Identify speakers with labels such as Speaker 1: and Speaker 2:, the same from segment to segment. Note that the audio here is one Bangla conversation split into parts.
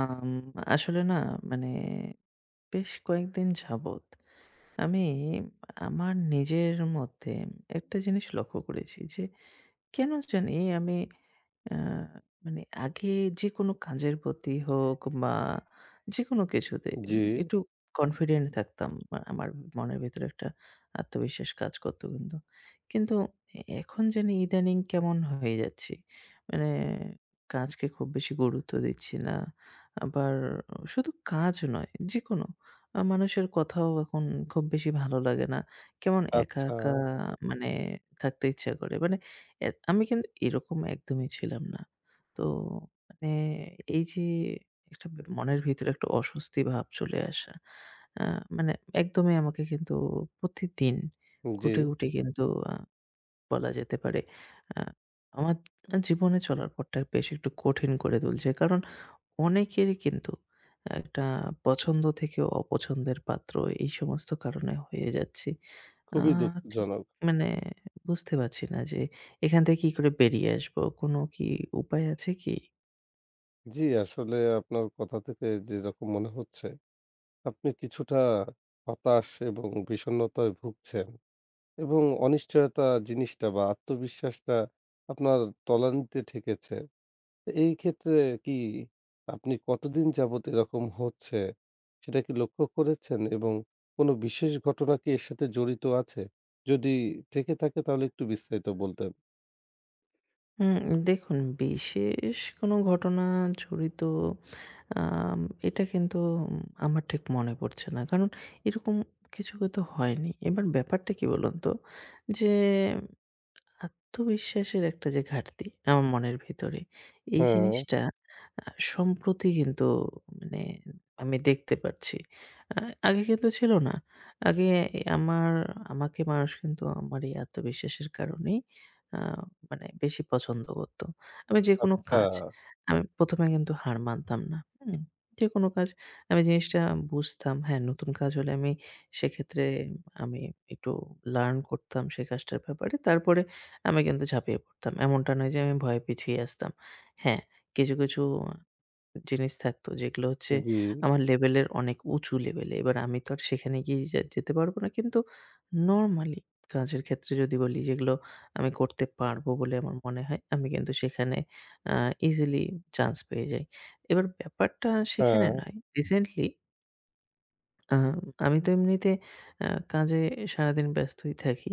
Speaker 1: আম আসলে না, মানে বেশ কয়েকদিন যাবৎ আমি আমার নিজের মধ্যে একটা জিনিস লক্ষ্য করেছি যে কেন জানি আমি আ মানে আগে যেকোনো কাজের প্রতি হোক বা যেকোনো কিছুতে
Speaker 2: জি,
Speaker 1: একটু কনফিডেন্ট থাকতাম। আমার মনের ভেতরে একটা আত্মবিশ্বাস কাজ করত কিন্তু। কিন্তু এখন জানি ইদানিং কেমন হয়ে যাচ্ছি। মানে কাজকে খুব বেশি গুরুত্ব দিচ্ছি না। আবার শুধু কাজ নয়, যেকোনো মানুষের কথাও এখন খুব বেশি ভালো লাগে না। কেমন একা,
Speaker 2: আচ্ছা,
Speaker 1: একা মানে থাকতে ইচ্ছা করে। মানে এ আমি কিন্তু এরকম একদমই ছিলাম না। তো মানে এই যে একটা মনের ভিতরে একটা অস্বস্তি ভাব চলে আসা, আ মানে একদমই আমাকে কিন্তু প্রতিদিন
Speaker 2: জি,
Speaker 1: ঘুঁটে, ঘুঁটে কিন্তু আ বলা যেতে পারে আ আমার জীবনে চলার পথটা বেশ একটু কঠিন করে তুলছে। কারণ অনেকেরই কিন্তু একটা পছন্দ থেকে অপছন্দের পাত্র এই সমস্ত কারণে হয়ে যাচ্ছি। আ
Speaker 2: খুবই
Speaker 1: ঠিক
Speaker 2: দুঃখজনক।
Speaker 1: মানে বুঝতে পারছি না যে এখান থেকে কি করে বেরিয়ে আসবো? কোনো কি উপায় আছে কি?
Speaker 2: জি, আসলে আপনার কথা থেকে যেরকম মনে হচ্ছে, আপনি কিছুটা হতাশ এবং বিষণ্ণতায় ভুগছেন এবং অনিশ্চয়তা জিনিসটা বা আত্মবিশ্বাসটা আপনার তলানিতে ঠেকেছে। এই ক্ষেত্রে কি আপনি কতদিন যাবৎ এরকম হচ্ছে, সেটা কি লক্ষ্য করেছেন? এবং কোনো বিশেষ ঘটনা কি এর সাথে জড়িত আছে? যদি থেকে থাকে তাহলে একটু বিস্তারিত বলতেন।
Speaker 1: হুম, দেখুন বিশেষ কোনো ঘটনা জড়িত আম এটা কিন্তু উম আমার ঠিক মনে পড়ছে না। কারণ এরকম কিছু হয়তো হয়নি। এবার ব্যাপারটা কি বলুন তো? যে আত্মবিশ্বাসের একটা যে ঘাটতি আমার মনের ভিতরে, এই
Speaker 2: হ্যাঁ,
Speaker 1: জিনিসটা আ সম্প্রতি কিন্তু মানে আমি দেখতে পারছি। আ আগে কিন্তু ছিল না। আগে আমার আমাকে মানুষ কিন্তু আমার এই আত্মবিশ্বাসের কারণেই আ মানে বেশি পছন্দ করত। আমি যেকোনো
Speaker 2: আচ্ছা।
Speaker 1: কাজ আমি প্রথম এ কিন্তু হার মানতাম না। হুম? যেকোনো কাজ আমি জিনিসটা বুঝতাম। হ্যাঁ, নতুন কাজ হলে আমি সেক্ষেত্রে আমি একটু লার্ন করতাম সেই কাজটার ব্যাপারে। তারপরে আমি কিন্তু ঝাঁপিয়ে পড়তাম। এমনটা নয় যে আমি ভয়ে পিছিয়ে আসতাম। হ্যাঁ, কিছু, কিছু জিনিস থাকতো যেগুলো হচ্ছে
Speaker 2: জি,
Speaker 1: আমার লেভেলের অনেক উঁচু লেভেলে। এবার আমি তো আর সেখানে গিয়ে যে যেতে পারবো না। কিন্তু নরমালি কাজের ক্ষেত্রে যদি বলি যেগুলো আমি করতে পারবো বলে আমার মনে হয়, আমি কিন্তু সেখানে আ ইজিলি চান্স পেয়ে যাই। এবার ব্যাপারটা সেখানে
Speaker 2: হ্যাঁ,
Speaker 1: নয়। রিসেন্টলি আ আমি তো এমনিতে আ কাজে সারাদিন ব্যস্তই থাকি।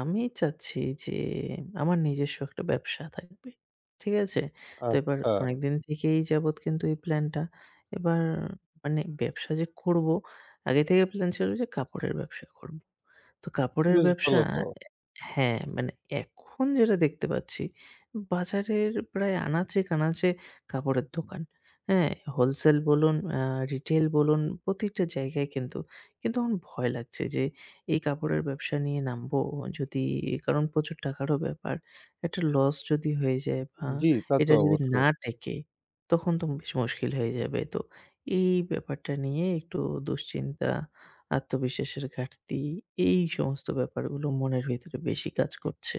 Speaker 1: আমি চাচ্ছি যে আমার নিজস্ব একটা ব্যবসা থাকবে। ঠিক আছে? তো এবার
Speaker 2: আচ্ছা।
Speaker 1: অনেকদিন থেকেই যাবৎ কিন্তু এই প্ল্যানটা। এবার মানে ব্যবসা যে করব, আগে থেকে প্ল্যান ছিল যে কাপড়ের ব্যবসা করব। তো কাপড়ের
Speaker 2: বেশ
Speaker 1: ব্যবসা,
Speaker 2: ভালো তো।
Speaker 1: হ্যাঁ, মানে এখন যেটা দেখতে পাচ্ছি, বাজারের প্রায় আনাচে-কানাচে কাপড়ের দোকান। হ্যাঁ? হোলসেল বলুন, রিটেইল বলুন, প্রতিটা জায়গায় কিন্তু। কিন্তু এখন ভয় লাগছে যে এই কাপড়ের ব্যবসা নিয়ে নামবো যদি, কারণ প্রচুর টাকারও ব্যাপার। একটা লস যদি হয়ে যায় বা
Speaker 2: জি, তা তো
Speaker 1: এটা যদি
Speaker 2: অবশ্যই।
Speaker 1: না টেকে, তখন তো বেশ মুশকিল হয়ে যাবে। তো এই ব্যাপারটা নিয়ে একটু দুশ্চিন্তা, আত্মবিশ্বাসের ঘাটতি, এই সমস্ত ব্যাপারগুলো মনের ভেতরে বেশি কাজ করছে।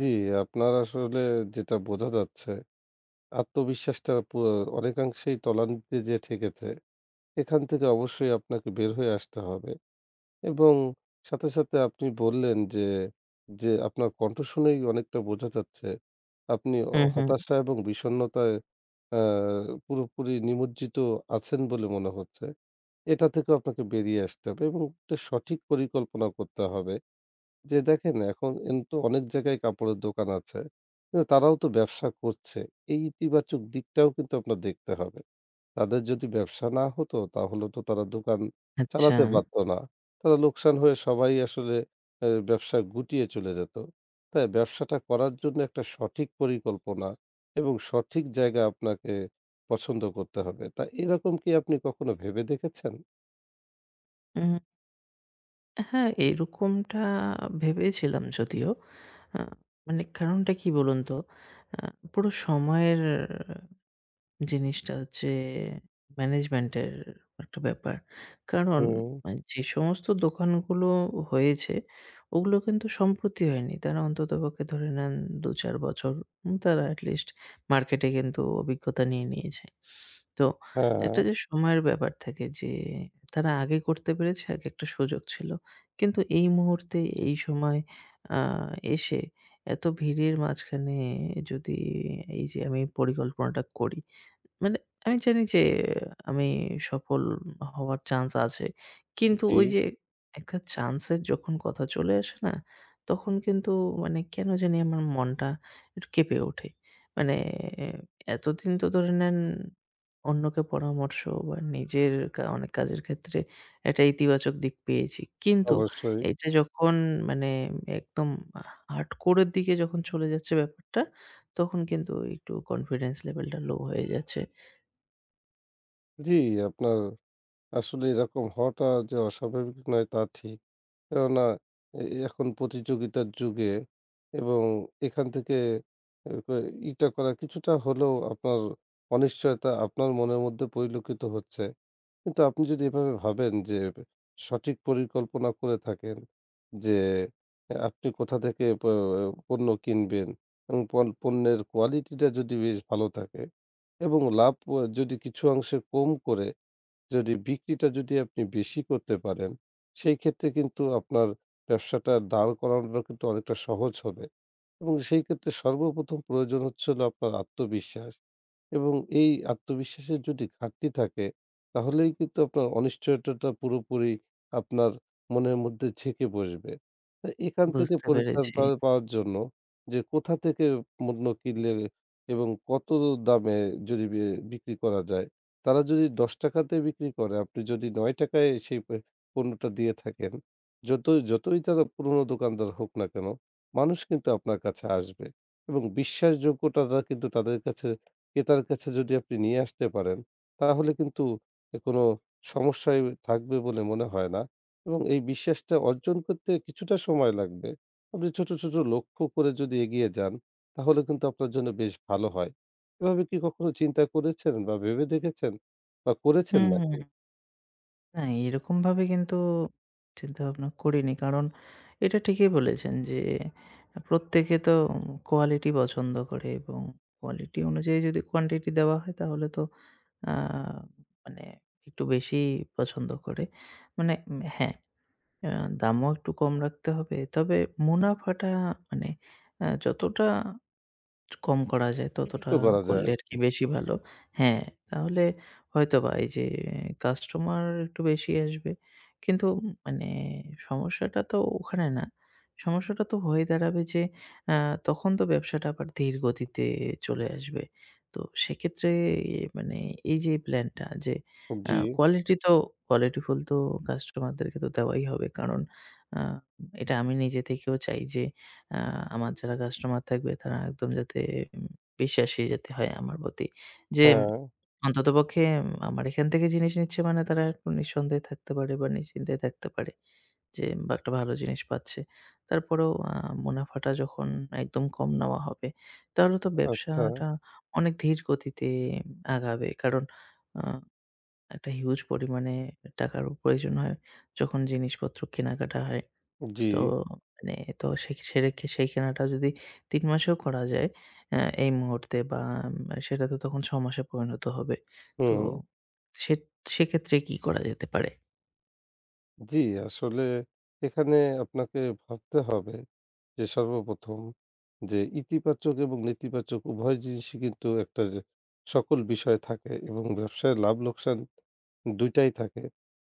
Speaker 2: জি, আপনার আসলে যেটা বোঝা যাচ্ছে আত্মবিশ্বাসটা অনেকাংশেই তলানিতে যেয়ে ঠেকেছে। এখান থেকে অবশ্যই আপনাকে বের হয়ে আসতে হবে। এবং সাথে, সাথে আপনি বললেন যে, আপনার কণ্ঠ শুনেই অনেকটা বোঝা যাচ্ছে আপনি
Speaker 1: হুম, হুম।
Speaker 2: হতাশা এবং বিষণ্ণতায় অ্যা পুরোপুরি নিমজ্জিত আছেন বলে মনে হচ্ছে। এটা থেকেও আপনাকে বেরিয়ে আসতে হবে এবং একটা সঠিক পরিকল্পনা করতে হবে। যে দেখেন এখন কিন্তু অনেক জায়গায় কাপড়ের দোকান আছে। কিন্তু তারাও তো ব্যবসা করছে। এই ইতিবাচক দিকটাও কিন্তু আপনার দেখতে হবে। তাদের যদি ব্যবসা না হতো তাহলে তো তারা দোকান
Speaker 1: আচ্ছা।
Speaker 2: চালাতে পারত না। তারা লোকসান হয়ে সবাই আসলে ব্যবসা গুটিয়ে চলে যেত। তাই ব্যবসাটা করার জন্য একটা সঠিক পরিকল্পনা এবং সঠিক জায়গা আপনাকে পছন্দ করতে হবে। তা এরকম কি আপনি কখনো ভেবে দেখেছেন?
Speaker 1: উম হ্যাঁ, এরকমটা ভেবেছিলাম যদিও। আ মানে কারণটা কি বলুন তো? আ পুরো সময়ের জিনিসটা হচ্ছে ম্যানেজমেন্টের একটা ব্যাপার। কারণ
Speaker 2: হুম,
Speaker 1: যে সমস্ত দোকানগুলো হয়েছে, ওগুলো কিন্তু সম্প্রতি হয়নি। তারা অন্ততপক্ষে ধরে নেন ২-৪ বছর, তারা এটলিস্ট মার্কেটে কিন্তু অভিজ্ঞতা নিয়ে নিয়েছে। তো
Speaker 2: হ্যাঁ।
Speaker 1: একটা যে সময়ের ব্যাপার থাকে যে তারা আগে করতে পেরেছে, আগে একটা সুযোগ ছিল। কিন্তু এই মুহূর্তে এই সময় আ এসে এত ভিড়ের মাঝখানে যদি এই যে আমি পরিকল্পনাটা করি, মানে আমি জানি যে আমি সফল হওয়ার চান্স আছে। কিন্তু
Speaker 2: জি,
Speaker 1: ওই যে একটা চান্সের যখন কথা চলে আসে না? তখন কিন্তু মানে কেন জানি আমার মনটা একটু কেঁপে ওঠে। মানে এতদিন তো ধরে নেন অন্যকে পরামর্শ বা নিজের অনেক কাজের ক্ষেত্রে একটা ইতিবাচক দিক পেয়েছি। কিন্তু
Speaker 2: অবশ্যই।
Speaker 1: এটা যখন মানে একদম হার্ডকোর এর দিকে যখন চলে যাচ্ছে ব্যাপারটা, তখন কিন্তু একটু কনফিডেন্স লেভেলটা লো হয়ে যাচ্ছে।
Speaker 2: জি, আপনার আসলে এরকম হওয়াটা যে অস্বাভাবিক নয় তা ঠিক। কেননা এ এখন প্রতিযোগিতার যুগে এবং এখান থেকে এ ক ইটা করা কিছুটা হলেও আপনার অনিশ্চয়তা আপনার মনের মধ্যে পরিলক্ষিত হচ্ছে। কিন্তু আপনি যদি এভাবে ভাবেন যে সঠিক পরিকল্পনা করে থাকেন যে আপনি কোথা থেকে পণ্য কিনবেন এবং পণ্যের কোয়ালিটিটা যদি বেশ ভালো থাকে এবং লাভ ও যদি কিছু অংশে কম করে যদি বিক্রিটা যদি আপনি বেশি করতে পারেন, সেই ক্ষেত্রে কিন্তু আপনার ব্যবসাটা দাঁড় করানোটা কিন্তু অনেকটা সহজ হবে। এবং সেই ক্ষেত্রে সর্বপ্রথম প্রয়োজন হলো আপনার আত্মবিশ্বাস। এবং এই আত্মবিশ্বাসের যদি ঘাটতি থাকে তাহলেই কিন্তু আপনার অনিশ্চয়তাটা পুরোপুরি আপনার মনের মধ্যে ঝেঁকে বসবে। তা এখান থেকে
Speaker 1: বুঝতে
Speaker 2: পরিত্রাণ
Speaker 1: পেরেছি।
Speaker 2: পাওয়ার জন্য যে কোথা থেকে পণ্য কিনলে এবং কত দামে যদি বিক্রি করা যায়, তারা যদি ৳১০ তে বিক্রি করে আপনি যদি ৳৯ য় সেই পণ্যটা দিয়ে থাকেন, যতই যতই তারা পুরনো দোকানদার হোক না কেন মানুষ কিন্তু আপনার কাছে আসবে এবং বিশ্বাসযোগ্যতাটা কিন্তু তাদের কাছে ক্রেতার কাছে যদি আপনি নিয়ে আসতে পারেন, তাহলে কিন্তু কোনো সমস্যায় থাকবে বলে মনে হয় না এবং এই বিশ্বাসটা অর্জন করতে কিছুটা সময় লাগবে। আপনি ছোট, ছোট লক্ষ্য করে যদি এগিয়ে যান, তাহলে কিন্তু আপনার জন্য বেশ ভালো হয়। এভাবে কি কখনো চিন্তা করেছেন বা ভেবে দেখেছেন বা করেছেন
Speaker 1: হুম, হুম।
Speaker 2: নাকি?
Speaker 1: না এরকমভাবে কিন্তু চিন্তাভাবনা করিনি। কারণ এটা ঠিকই বলেছেন যে প্রত্যেকে তো কোয়ালিটি পছন্দ করে এবং কোয়ালিটি অনুযায়ী যদি কোয়ান্টিটি দেওয়া হয় তাহলে তো আ মানে একটু বেশি পছন্দ করে। মানে হ্যাঁ, আ দামও একটু কম রাখতে হবে। তবে মুনাফাটা মানে যতটা কম করা যায়
Speaker 2: জীবিত
Speaker 1: ততটা
Speaker 2: করা যায়
Speaker 1: করলে আরকি
Speaker 2: আরকি।
Speaker 1: বেশি ভালো। হ্যাঁ, তাহলে হয়তোবা এই যে কাস্টমার একটু বেশি আসবে। কিন্তু মানে সমস্যাটা তো ওখানে না। সমস্যাটা তো হয়ে দাঁড়াবে যে আ তখন তো ব্যবসাটা আবার ধীর গতিতে চলে আসবে। তো সেক্ষেত্রে মানে এই যে প্ল্যানটা যে,
Speaker 2: জি,
Speaker 1: কোয়ালিটি তো কোয়ালিটিফুল তো কাস্টমারদেরকে তো দেওয়াই হবে। কারণ আ এটা আমি নিজে থেকেও চাই যে আ আমার যারা কাস্টমার থাকবে তারা একদম যাতে উম বিশ্বাসী যাতে হয় আমার প্রতি। যে
Speaker 2: হ্যাঁ,
Speaker 1: অন্ততপক্ষে আমার এখান থেকে জিনিস নিচ্ছে মানে তারা একটু নিঃসন্দেহে থাকতে পারে বা নিশ্চিন্তায় থাকতে পারে। যে বা একটা ভালো জিনিস পাচ্ছে। তারপরেও মুনাফাটা যখন একদম কম নেওয়া হবে, তাহলে তো
Speaker 2: আচ্ছা,
Speaker 1: ব্যবসাটা অনেক ধীর গতিতে আগাবে। কারণ আ একটা হিউজ পরিমাণে টাকারও প্রয়োজন হয় যখন জিনিসপত্র কেনাকাটা হয়।
Speaker 2: জি,
Speaker 1: তো মানে তো সে সেরে সেই কেনাটা যদি ৩ মাসেও করা যায় এই মুহূর্তে, বা উম, সেটা তো তখন ৬ মাসে পরিণত হবে। তো
Speaker 2: হুম।
Speaker 1: সে সেক্ষেত্রে কি করা যেতে পারে?
Speaker 2: জি, আসলে এখানে আপনাকে ভাবতে হবে যে সর্বপ্রথম যে ইতিবাচক এবং নেতিবাচক উভয় জিনিসই কিন্তু একটা যে সকল বিষয় থাকে এবং ব্যবসায় লাভ লোকসান ২ টাই থাকে।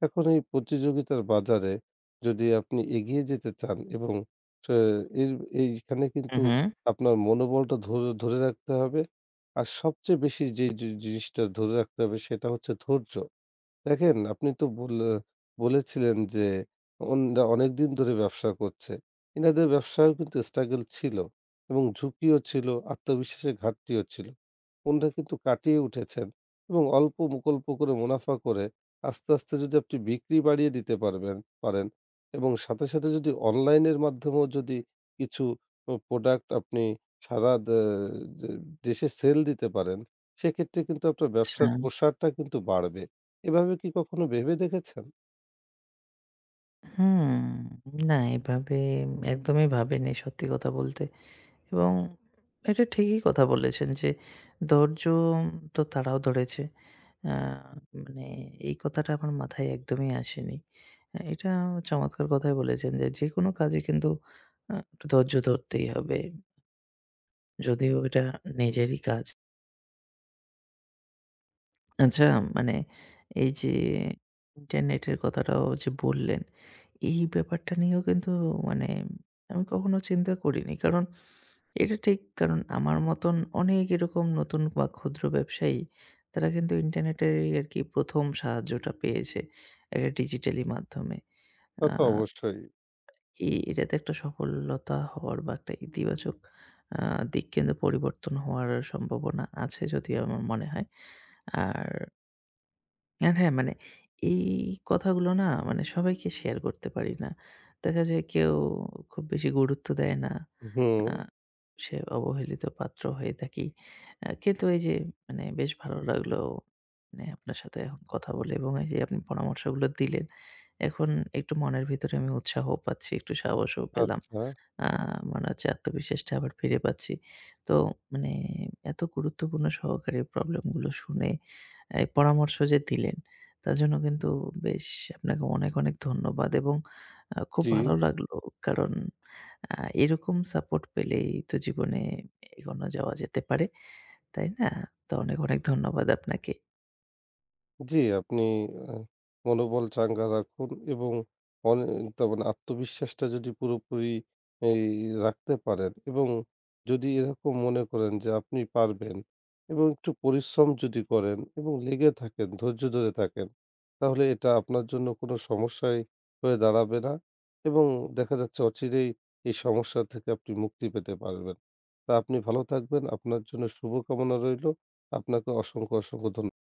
Speaker 2: এখন এই প্রতিযোগিতার বাজারে যদি আপনি এগিয়ে যেতে চান এবং সে এর এইখানে
Speaker 1: হু,
Speaker 2: কিন্তু
Speaker 1: হু।
Speaker 2: আপনার মনোবলটা ধরে ধরে রাখতে হবে। আর সবচেয়ে বেশি যে জিনিসটা ধরে রাখতে হবে সেটা হচ্ছে ধৈর্য। দেখেন, আপনি তো বলেছিলেন যে, অন্যরা অনেকদিন ধরে ব্যবসা করছে। এনাদের ব্যবসায়ও কিন্তু struggle ছিল এবং ঝুঁকিও ছিল, আত্মবিশ্বাসের ঘাটতিও ছিল। ওনারা কিন্তু কাটিয়ে উঠেছেন এবং অল্প বিকল্প করে মুনাফা করে আস্তে, আস্তে যদি আপনি বিক্রি বাড়িয়ে দিতে পারেন এবং সাথে, সাথে যদি অনলাইনের মাধ্যমেও যদি কিছু ও প্রোডাক্ট আপনি সারা দে যে দেশে সেল দিতে পারেন, সেক্ষেত্রে কিন্তু আপনার
Speaker 1: আচ্ছা।
Speaker 2: ব্যবসার প্রসারটা কিন্তু বাড়বে। এভাবে কি কখনো ভেবে দেখেছেন?
Speaker 1: হুম। না এভাবে একদমই ভাবিনি সত্যি কথা বলতে। এবং এটা ঠিকই কথা বলেছেন যে ধৈর্য তো তারাও ধরেছে। আ মানে এই কথাটা আমার মাথায় একদমই আসেনি। এটা চমৎকার কথাই বলেছেন যে যেকোনো কাজে কিন্তু একটু ধৈর্য ধরতেই হবে। যদিও এটা
Speaker 2: হুম।
Speaker 1: নিজেরই কাজ। আচ্ছা মানে এই যে ইন্টারনেটের কথাটাও যে বললেন, এই ব্যাপারটা নিয়েও কিন্তু মানে আমি কখনো চিন্তা করিনি। কারণ এটা ঠিক। কারণ আমার মতন অনেক এরকম নতুন বা ক্ষুদ্র ব্যবসায়ী, তারা কিন্তু ইন্টারনেটেরই আরকি প্রথম সাহায্যটা পেয়েছে, একটা ডিজিটালি মাধ্যমে।
Speaker 2: তা
Speaker 1: আ
Speaker 2: তো অবশ্যই।
Speaker 1: এ এটাতে একটা সফলতা হওয়ার বা একটা ইতিবাচক আ দিক কিন্তু পরিবর্তন হওয়ার সম্ভাবনা আছে যদিও আমার মনে হয়। আর আর হ্যাঁ, মানে এই কথাগুলো না মানে সবাইকে শেয়ার করতে পারি না। দেখা যায় কেউ খুব বেশি গুরুত্ব দেয় না।
Speaker 2: হুম,
Speaker 1: আ সে অবহেলিত পাত্র হয়ে থাকি। কিন্তু এই যে মানে বেশ ভালো লাগলো মানে আপনার সাথে এখন কথা বলে এবং এই যে আপনি পরামর্শগুলো দিলেন। এখন একটু মনের ভিতরে আমি উৎসাহ পাচ্ছি, একটু সাহসও পেলাম।
Speaker 2: আচ্ছা,
Speaker 1: আ মনে হচ্ছে আত্মবিশ্বাসটা আবার ফিরে পাচ্ছি। তো মানে এত গুরুত্বপূর্ণ সহকারে প্রবলেমগুলো শুনে এই পরামর্শ যে দিলেন, তার জন্য কিন্তু বেশ আপনাকে অনেক, অনেক ধন্যবাদ এবং খুব
Speaker 2: জি।
Speaker 1: ভালো লাগলো। কারণ আ এরকম সাপোর্ট পেলেই তো জীবনে এগোনো যাওয়া যেতে পারে। তাই না? তো অনেক, অনেক ধন্যবাদ আপনাকে।
Speaker 2: জি, আপনি আ মনোবল চাঙ্গা রাখুন এবং অনে তার মানে আত্মবিশ্বাসটা যদি পুরোপুরি এই রাখতে পারেন এবং যদি এরকম মনে করেন যে আপনি পারবেন এবং একটু পরিশ্রম যদি করেন এবং লেগে থাকেন, ধৈর্য ধরে থাকেন, তাহলে এটা আপনার জন্য কোনো সমস্যাই হয়ে দাঁড়াবে না এবং দেখা যাচ্ছে অচিরেই এই সমস্যা থেকে আপনি মুক্তি পেতে পারবেন। তা আপনি ভালো থাকবেন। আপনার জন্য শুভকামনা রইলো। আপনাকে অসংখ্য, অসংখ্য ধন্য